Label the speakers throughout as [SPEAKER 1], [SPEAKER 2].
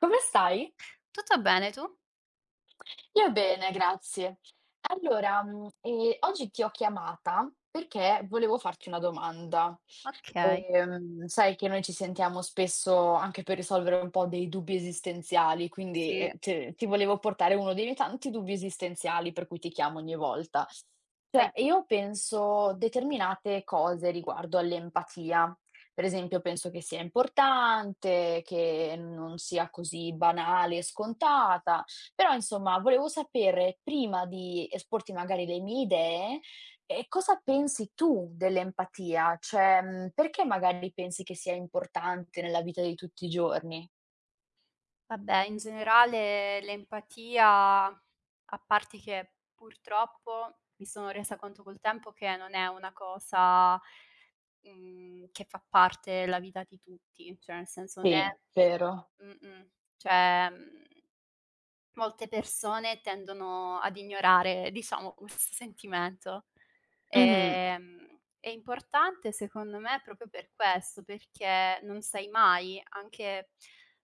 [SPEAKER 1] Come stai?
[SPEAKER 2] Tutto bene, tu?
[SPEAKER 1] Io bene, grazie. Allora, oggi ti ho chiamata perché volevo farti una domanda.
[SPEAKER 2] Okay,
[SPEAKER 1] Sai che noi ci sentiamo spesso anche per risolvere un po' dei dubbi esistenziali, quindi,
[SPEAKER 2] sì,
[SPEAKER 1] te ti volevo portare uno dei miei tanti dubbi esistenziali per cui ti chiamo ogni volta.
[SPEAKER 2] vai
[SPEAKER 1] Cioè,
[SPEAKER 2] pure.
[SPEAKER 1] io penso determinate cose riguardo all'empatia. Per esempio, penso che sia importante, che non sia così banale e scontata, però insomma volevo sapere prima di esporti magari le mie idee, e cosa pensi tu dell'empatia? Cioè, perché magari pensi che sia importante nella vita di tutti i giorni?
[SPEAKER 2] Vabbè, in generale l'empatia, a parte che purtroppo mi sono resa conto col tempo che non è una cosa, che fa parte della vita di tutti, cioè nel senso né
[SPEAKER 1] Sì, vero.
[SPEAKER 2] mh-mh, cioè, mhmm molte persone tendono ad ignorare, diciamo, questo sentimento.
[SPEAKER 1] Mh-mh,
[SPEAKER 2] È importante secondo me proprio per questo, perché non sai mai, anche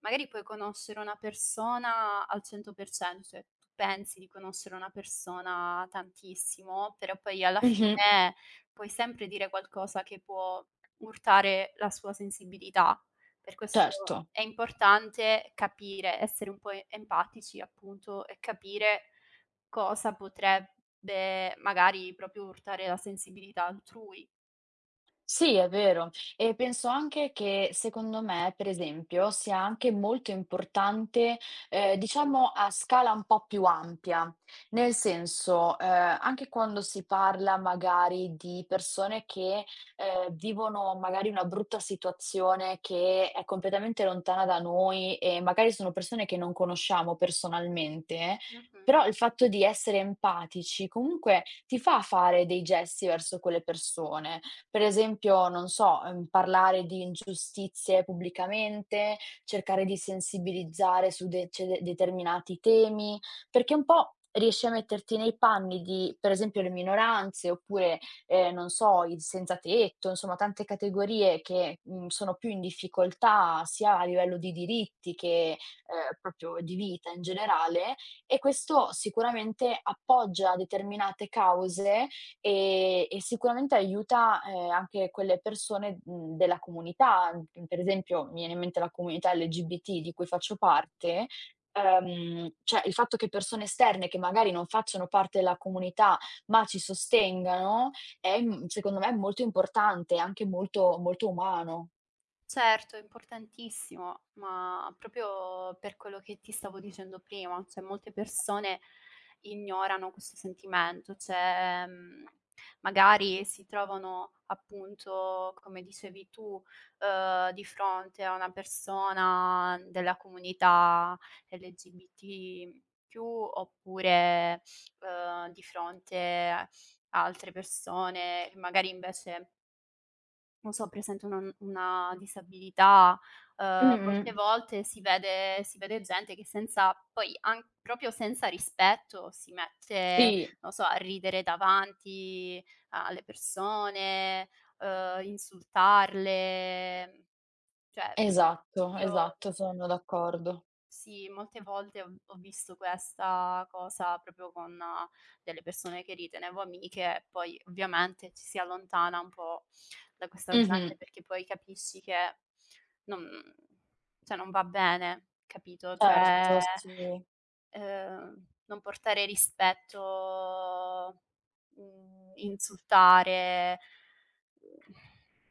[SPEAKER 2] magari puoi conoscere una persona al 100%, cioè tu pensi di conoscere una persona tantissimo, però poi alla
[SPEAKER 1] mh-mh,
[SPEAKER 2] fine puoi sempre dire qualcosa che può urtare la sua sensibilità. Per questo
[SPEAKER 1] certo.
[SPEAKER 2] è importante capire, essere un po' e empatici appunto e capire cosa potrebbe magari proprio urtare la sensibilità altrui.
[SPEAKER 1] Sì, è vero. E penso anche che secondo me, per esempio, sia anche molto importante, diciamo a scala un po' più ampia. Nel senso, anche quando si parla magari di persone che vivono magari una brutta situazione che è completamente lontana da noi e magari sono persone che non conosciamo personalmente,
[SPEAKER 2] Mh-mh.
[SPEAKER 1] però il fatto di essere empatici comunque ti fa fare dei gesti verso quelle persone. Per esempio, non so, parlare di ingiustizie pubblicamente, cercare di sensibilizzare su de ce de determinati temi, perché un po' riesci a metterti nei panni di, per esempio, le minoranze oppure, non so, i senzatetto, insomma tante categorie che sono più in difficoltà sia a livello di diritti che proprio di vita in generale, e questo sicuramente appoggia determinate cause. E sicuramente aiuta anche quelle persone della comunità, per esempio, mi viene in mente la comunità LGBT di cui faccio parte, cioè il fatto che persone esterne, che magari non facciano parte della comunità, ma ci sostengano, è m secondo me molto importante, anche molto molto umano.
[SPEAKER 2] Certo, è importantissimo, ma proprio per quello che ti stavo dicendo prima, cioè molte persone ignorano questo sentimento, cioè magari si trovano appunto, come dicevi tu, di fronte a una persona della comunità LGBT più oppure di fronte a altre persone che magari invece non so, presente una disabilità. uhm,
[SPEAKER 1] Mh-mh.
[SPEAKER 2] Molte volte si vede gente che senza poi an proprio senza rispetto si mette,
[SPEAKER 1] Sì,
[SPEAKER 2] non so, a ridere davanti alle persone, insultarle, cioè
[SPEAKER 1] esatto,
[SPEAKER 2] io
[SPEAKER 1] esatto, sono d'accordo.
[SPEAKER 2] sì, molte volte ho visto questa cosa proprio con delle persone che ritenevo amiche e poi ovviamente ci si allontana un po' da questa
[SPEAKER 1] Mh-mh.
[SPEAKER 2] gente, perché poi capisci che non, cioè non va bene, capito?
[SPEAKER 1] Certo,
[SPEAKER 2] Cioè,
[SPEAKER 1] sì.
[SPEAKER 2] non portare rispetto, insultare, mhmm,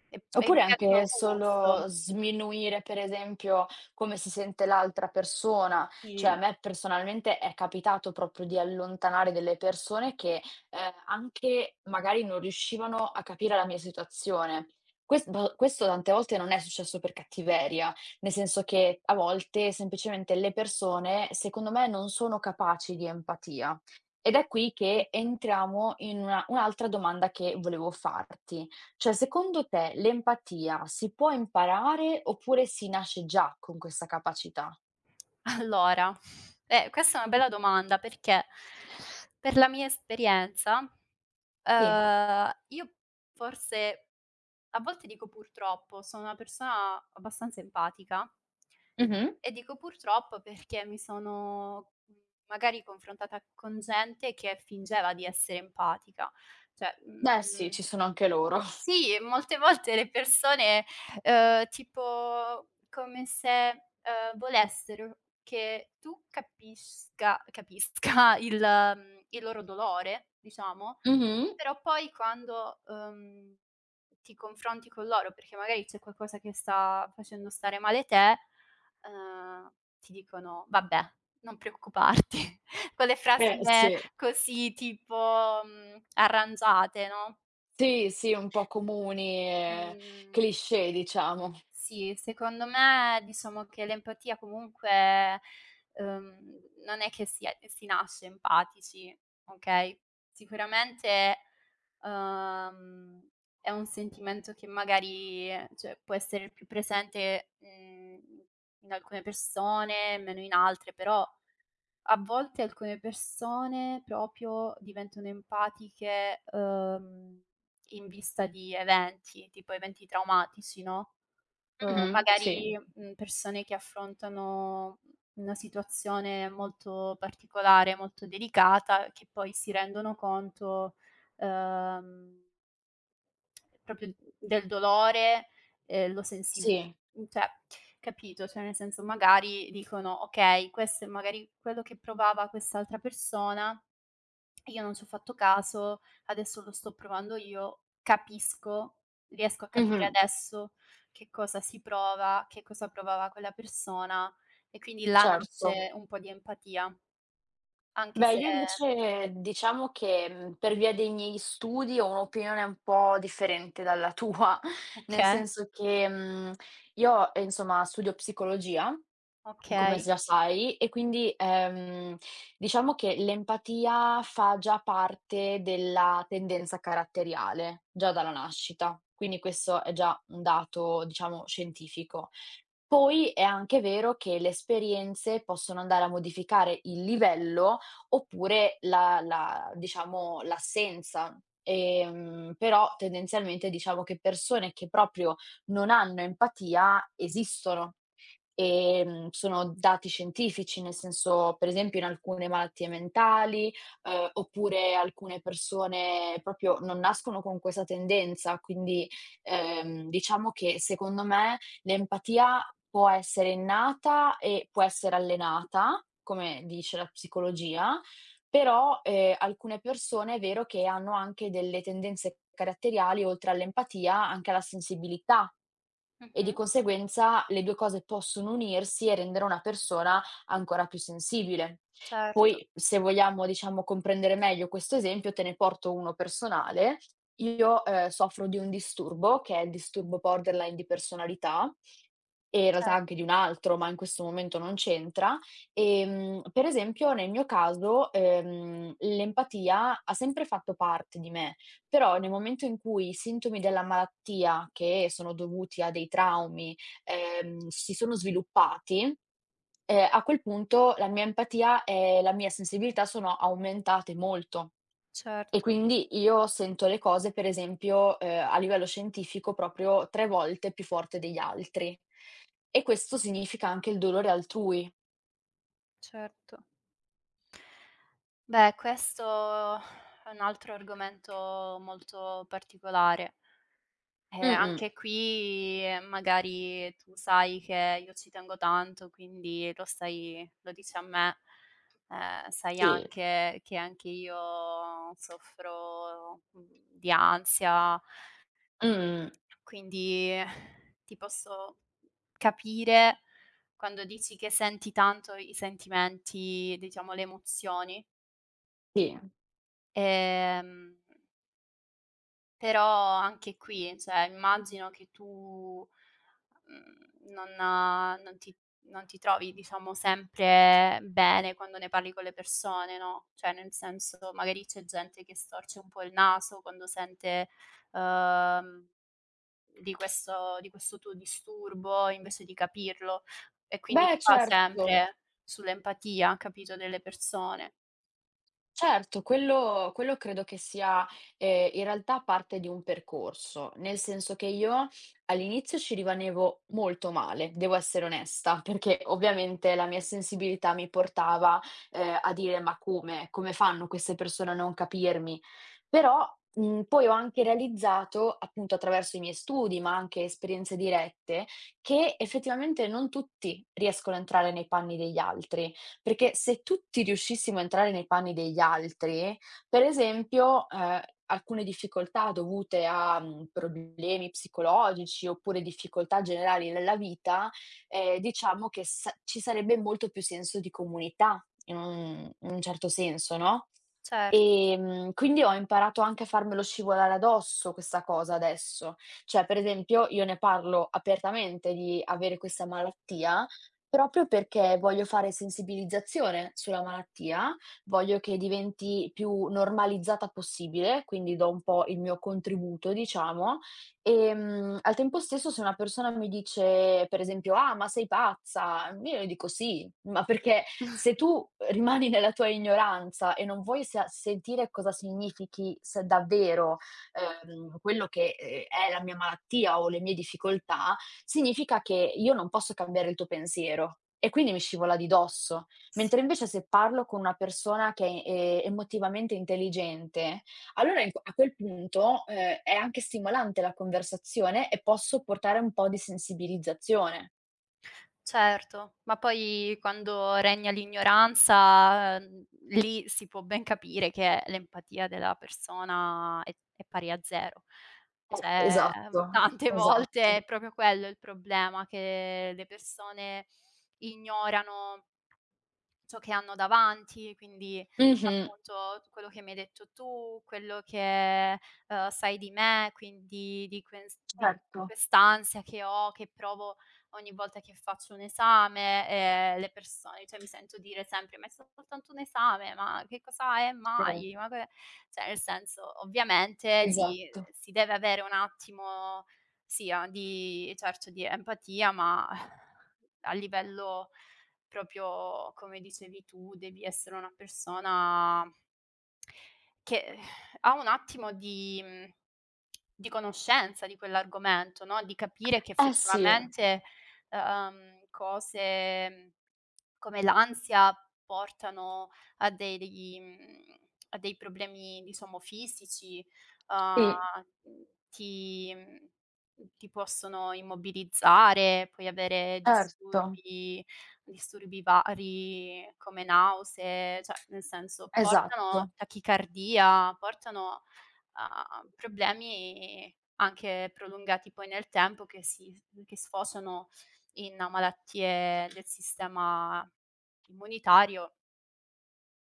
[SPEAKER 2] è
[SPEAKER 1] Oppure
[SPEAKER 2] di cattivo
[SPEAKER 1] anche
[SPEAKER 2] gusto.
[SPEAKER 1] solo sminuire, per esempio, come si sente l'altra persona. Cioè,
[SPEAKER 2] Sì.
[SPEAKER 1] a me personalmente è capitato proprio di allontanare delle persone che anche magari non riuscivano a capire la mia situazione. Questo tante volte non è successo per cattiveria, nel senso che a volte semplicemente le persone, secondo me, non sono capaci di empatia. Ed è qui che entriamo in una un'altra domanda che volevo farti. Cioè, secondo te l'empatia si può imparare oppure si nasce già con questa capacità?
[SPEAKER 2] Allora, questa è una bella domanda, perché per la mia esperienza,
[SPEAKER 1] Sì.
[SPEAKER 2] io forse a volte dico purtroppo, sono una persona abbastanza empatica,
[SPEAKER 1] Mh-mh.
[SPEAKER 2] e dico purtroppo perché mi sono, magari confrontata con gente che fingeva di essere empatica. Cioè,
[SPEAKER 1] Beh sì, ci
[SPEAKER 2] mhmm
[SPEAKER 1] sono anche loro.
[SPEAKER 2] sì, e molte volte le persone, tipo come se, volessero che tu capisca il, il loro dolore, diciamo,
[SPEAKER 1] Mh-mh.
[SPEAKER 2] però poi quando, ti confronti con loro, perché magari c'è qualcosa che sta facendo stare male te, ehm, ti dicono: "Vabbè, non preoccuparti." Quelle
[SPEAKER 1] Eh
[SPEAKER 2] frasine
[SPEAKER 1] sì.
[SPEAKER 2] così tipo, arrangiate, no,
[SPEAKER 1] Sì, sì, un po' comuni e
[SPEAKER 2] mhmm
[SPEAKER 1] cliché diciamo.
[SPEAKER 2] sì, secondo me diciamo che l'empatia comunque, uhm, non è che si è si nasce empatici, okay? Sicuramente, uhm, è un sentimento che magari, cioè, può essere più presente, in alcune persone, meno in altre, però a volte alcune persone proprio diventano empatiche, in vista di eventi, tipo eventi traumatici, no?
[SPEAKER 1] Mh-mh, sì.
[SPEAKER 2] Magari, persone che affrontano una situazione molto particolare, molto delicata, che poi si rendono conto, uhm, proprio del dolore, lo sensi,
[SPEAKER 1] Sì.
[SPEAKER 2] cioè, capito? Cioè nel senso magari dicono: "Okay, questo è magari quello che provava quest'altra persona." Io non ci ho fatto caso, adesso lo sto provando io, capisco, riesco a capire
[SPEAKER 1] Mh-mh.
[SPEAKER 2] adesso che cosa si prova, che cosa provava quella persona, e quindi là
[SPEAKER 1] Certo.
[SPEAKER 2] nasce un po' di empatia, anche
[SPEAKER 1] Beh,
[SPEAKER 2] se,
[SPEAKER 1] io invece diciamo che per via dei miei studi ho un'opinione un po' differente dalla tua, nel
[SPEAKER 2] okay,
[SPEAKER 1] senso che io insomma studio psicologia, come
[SPEAKER 2] okay.
[SPEAKER 1] già sai, e quindi, diciamo che l'empatia fa già parte della tendenza caratteriale, già dalla nascita, quindi questo è già un dato, diciamo, scientifico. Poi è anche vero che le esperienze possono andare a modificare il livello oppure la, diciamo, l'assenza. Però tendenzialmente diciamo che persone che proprio non hanno empatia esistono. Sono dati scientifici, nel senso, per esempio in alcune malattie mentali oppure alcune persone proprio non nascono con questa tendenza, quindi, diciamo che secondo me l'empatia può essere innata e può essere allenata, come dice la psicologia, però, alcune persone è vero che hanno anche delle tendenze caratteriali, oltre all'empatia, anche alla sensibilità, e di
[SPEAKER 2] Mh-mh.
[SPEAKER 1] conseguenza le due cose possono unirsi e rendere una persona ancora più sensibile.
[SPEAKER 2] Certo,
[SPEAKER 1] Poi, se vogliamo, diciamo, comprendere meglio questo esempio, te ne porto uno personale. Io, soffro di un disturbo, che è il disturbo borderline di personalità, e in realtà
[SPEAKER 2] cer
[SPEAKER 1] anche di un altro, ma in questo momento non c'entra. Per esempio nel mio caso, l'empatia ha sempre fatto parte di me, però nel momento in cui i sintomi della malattia, che sono dovuti a dei traumi si sono sviluppati, a quel punto la mia empatia e la mia sensibilità sono aumentate molto. E
[SPEAKER 2] certo,
[SPEAKER 1] quindi io sento le cose, per esempio, a livello scientifico proprio tre volte più forte degli altri. E questo significa anche il dolore altrui.
[SPEAKER 2] certo. Beh, questo è un altro argomento molto particolare.
[SPEAKER 1] Mh-mh.
[SPEAKER 2] Anche qui, magari tu sai che io ci tengo tanto, quindi lo dici a me. Sai
[SPEAKER 1] Sì,
[SPEAKER 2] anche che anche io soffro, di ansia,
[SPEAKER 1] mh,
[SPEAKER 2] quindi ti posso capire quando dici che senti tanto i sentimenti, diciamo le emozioni.
[SPEAKER 1] sì.
[SPEAKER 2] Ehm Però anche qui, cioè immagino che tu, non, non ti trovi diciamo sempre bene quando ne parli con le persone, no, cioè nel senso magari c'è gente che storce un po' il naso quando sente, uhm, di questo, tuo disturbo invece di capirlo, e quindi
[SPEAKER 1] Beh
[SPEAKER 2] qua
[SPEAKER 1] certo.
[SPEAKER 2] sempre sull'empatia, capito, delle persone.
[SPEAKER 1] Certo, quello credo che sia in realtà parte di un percorso, nel senso che io all'inizio ci rimanevo molto male, devo essere onesta, perché ovviamente la mia sensibilità mi portava a dire: "Ma come? Come fanno queste persone a non capirmi?" Però, poi ho anche realizzato, appunto attraverso i miei studi, ma anche esperienze dirette, che effettivamente non tutti riescono a entrare nei panni degli altri. Perché se tutti riuscissimo a entrare nei panni degli altri, per esempio, alcune difficoltà dovute a problemi psicologici oppure difficoltà generali nella vita, diciamo che sa ci sarebbe molto più senso di comunità in un certo senso, no,
[SPEAKER 2] Cert
[SPEAKER 1] quindi ho imparato anche a farmelo scivolare addosso questa cosa adesso. Cioè, per esempio, io ne parlo apertamente di avere questa malattia , proprio perché voglio fare sensibilizzazione sulla malattia, voglio che diventi più normalizzata possibile, quindi do un po' il mio contributo, diciamo. Al tempo stesso se una persona mi dice, per esempio: "Ah, ma sei pazza", io le dico: "Sì", ma perché se tu rimani nella tua ignoranza e non vuoi sa sentire cosa significhi se davvero, quello che è la mia malattia o le mie difficoltà, significa che io non posso cambiare il tuo pensiero e quindi mi scivola di dosso.
[SPEAKER 2] Sì.
[SPEAKER 1] Mentre invece se parlo con una persona che è emotivamente intelligente, allora in q a quel punto, è anche stimolante la conversazione e posso portare un po' di sensibilizzazione.
[SPEAKER 2] Certo, ma poi quando regna l'ignoranza, lì si può ben capire che l'empatia della persona è pari a 0. Cioè,
[SPEAKER 1] Esatto,
[SPEAKER 2] tante volte
[SPEAKER 1] esatto.
[SPEAKER 2] è proprio quello il problema, che le persone ignorano ciò che hanno davanti, quindi
[SPEAKER 1] Mh-mh,
[SPEAKER 2] appunto quello che mi hai detto tu, quello che, sai di me, quindi di quens di
[SPEAKER 1] certo,
[SPEAKER 2] quest'ansia che ho, che provo ogni volta che faccio un esame, le persone, cioè, mi sento dire sempre: "Ma è soltanto un esame, ma che cosa è
[SPEAKER 1] sì,
[SPEAKER 2] mai? Ma que." Cioè nel senso ovviamente lì
[SPEAKER 1] esatto.
[SPEAKER 2] si deve avere un attimo sia di certo di empatia, ma a livello proprio come dicevi tu, devi essere una persona che ha un attimo di, di conoscenza di quell'argomento, no, di capire che
[SPEAKER 1] Eh sì,
[SPEAKER 2] effettivamente, cose, come l'ansia portano a degli, a dei problemi diciamo fisici, uhm,
[SPEAKER 1] sì,
[SPEAKER 2] ti mhmm, ti possono immobilizzare, puoi avere
[SPEAKER 1] certo,
[SPEAKER 2] disturbi, vari come nausee, cioè nel senso portano
[SPEAKER 1] esatto.
[SPEAKER 2] tachicardia, portano a problemi anche prolungati poi nel tempo, che sfociano in malattie del sistema immunitario,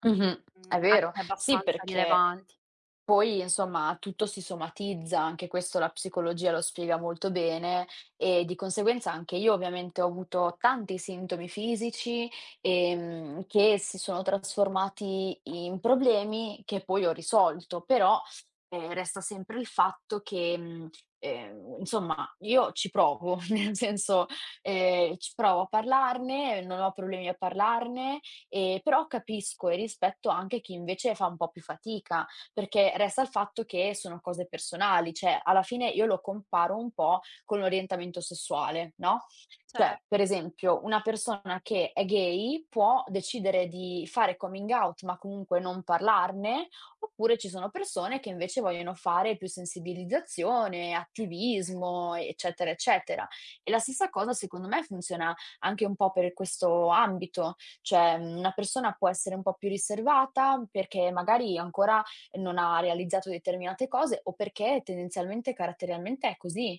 [SPEAKER 1] Mh-mh, è
[SPEAKER 2] mhmm, anche
[SPEAKER 1] vero. Sì,
[SPEAKER 2] abbastanza
[SPEAKER 1] perché
[SPEAKER 2] rilevanti.
[SPEAKER 1] poi insomma tutto si somatizza, anche questo la psicologia lo spiega molto bene e di conseguenza anche io ovviamente ho avuto tanti sintomi fisici che si sono trasformati in problemi che poi ho risolto, però resta sempre il fatto che insomma io ci provo, nel senso, ci provo a parlarne, non ho problemi a parlarne, però capisco e rispetto anche chi invece fa un po' più fatica perché resta il fatto che sono cose personali, cioè alla fine io lo comparo un po' con l'orientamento sessuale, no,
[SPEAKER 2] Cer
[SPEAKER 1] cioè per esempio una persona che è gay può decidere di fare coming out, ma comunque non parlarne, oppure ci sono persone che invece vogliono fare più sensibilizzazione, attivismo, eccetera, eccetera. E la stessa cosa secondo me funziona anche un po' per questo ambito, cioè, una persona può essere un po' più riservata perché magari ancora non ha realizzato determinate cose o perché tendenzialmente, caratterialmente è così.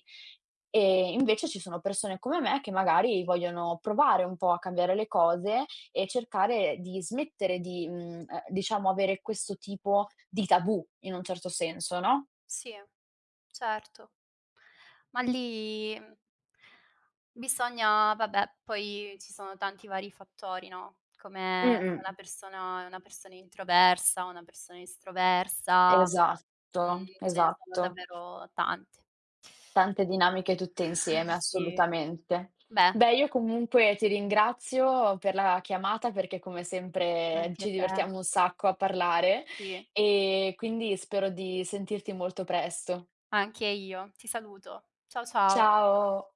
[SPEAKER 1] E invece ci sono persone come me che magari vogliono provare un po' a cambiare le cose e cercare di smettere di diciamo avere questo tipo di tabù in un certo senso, no?
[SPEAKER 2] Sì, certo. Ma lì, bisogna, vabbè, poi ci sono tanti vari fattori, no, come se
[SPEAKER 1] Mh-mh.
[SPEAKER 2] una persona è una persona introversa, una persona estroversa,
[SPEAKER 1] Esatto,
[SPEAKER 2] ce ne sono
[SPEAKER 1] esatto.
[SPEAKER 2] davvero tante.
[SPEAKER 1] Tante dinamiche tutte insieme,
[SPEAKER 2] Sì,
[SPEAKER 1] assolutamente.
[SPEAKER 2] beh,
[SPEAKER 1] Beh, io comunque ti ringrazio per la chiamata perché come sempre
[SPEAKER 2] anche
[SPEAKER 1] ci
[SPEAKER 2] te.
[SPEAKER 1] divertiamo un sacco a parlare
[SPEAKER 2] Sì,
[SPEAKER 1] e quindi spero di sentirti molto presto.
[SPEAKER 2] anche io. Ti saluto. Ciao, ciao.
[SPEAKER 1] Ciao.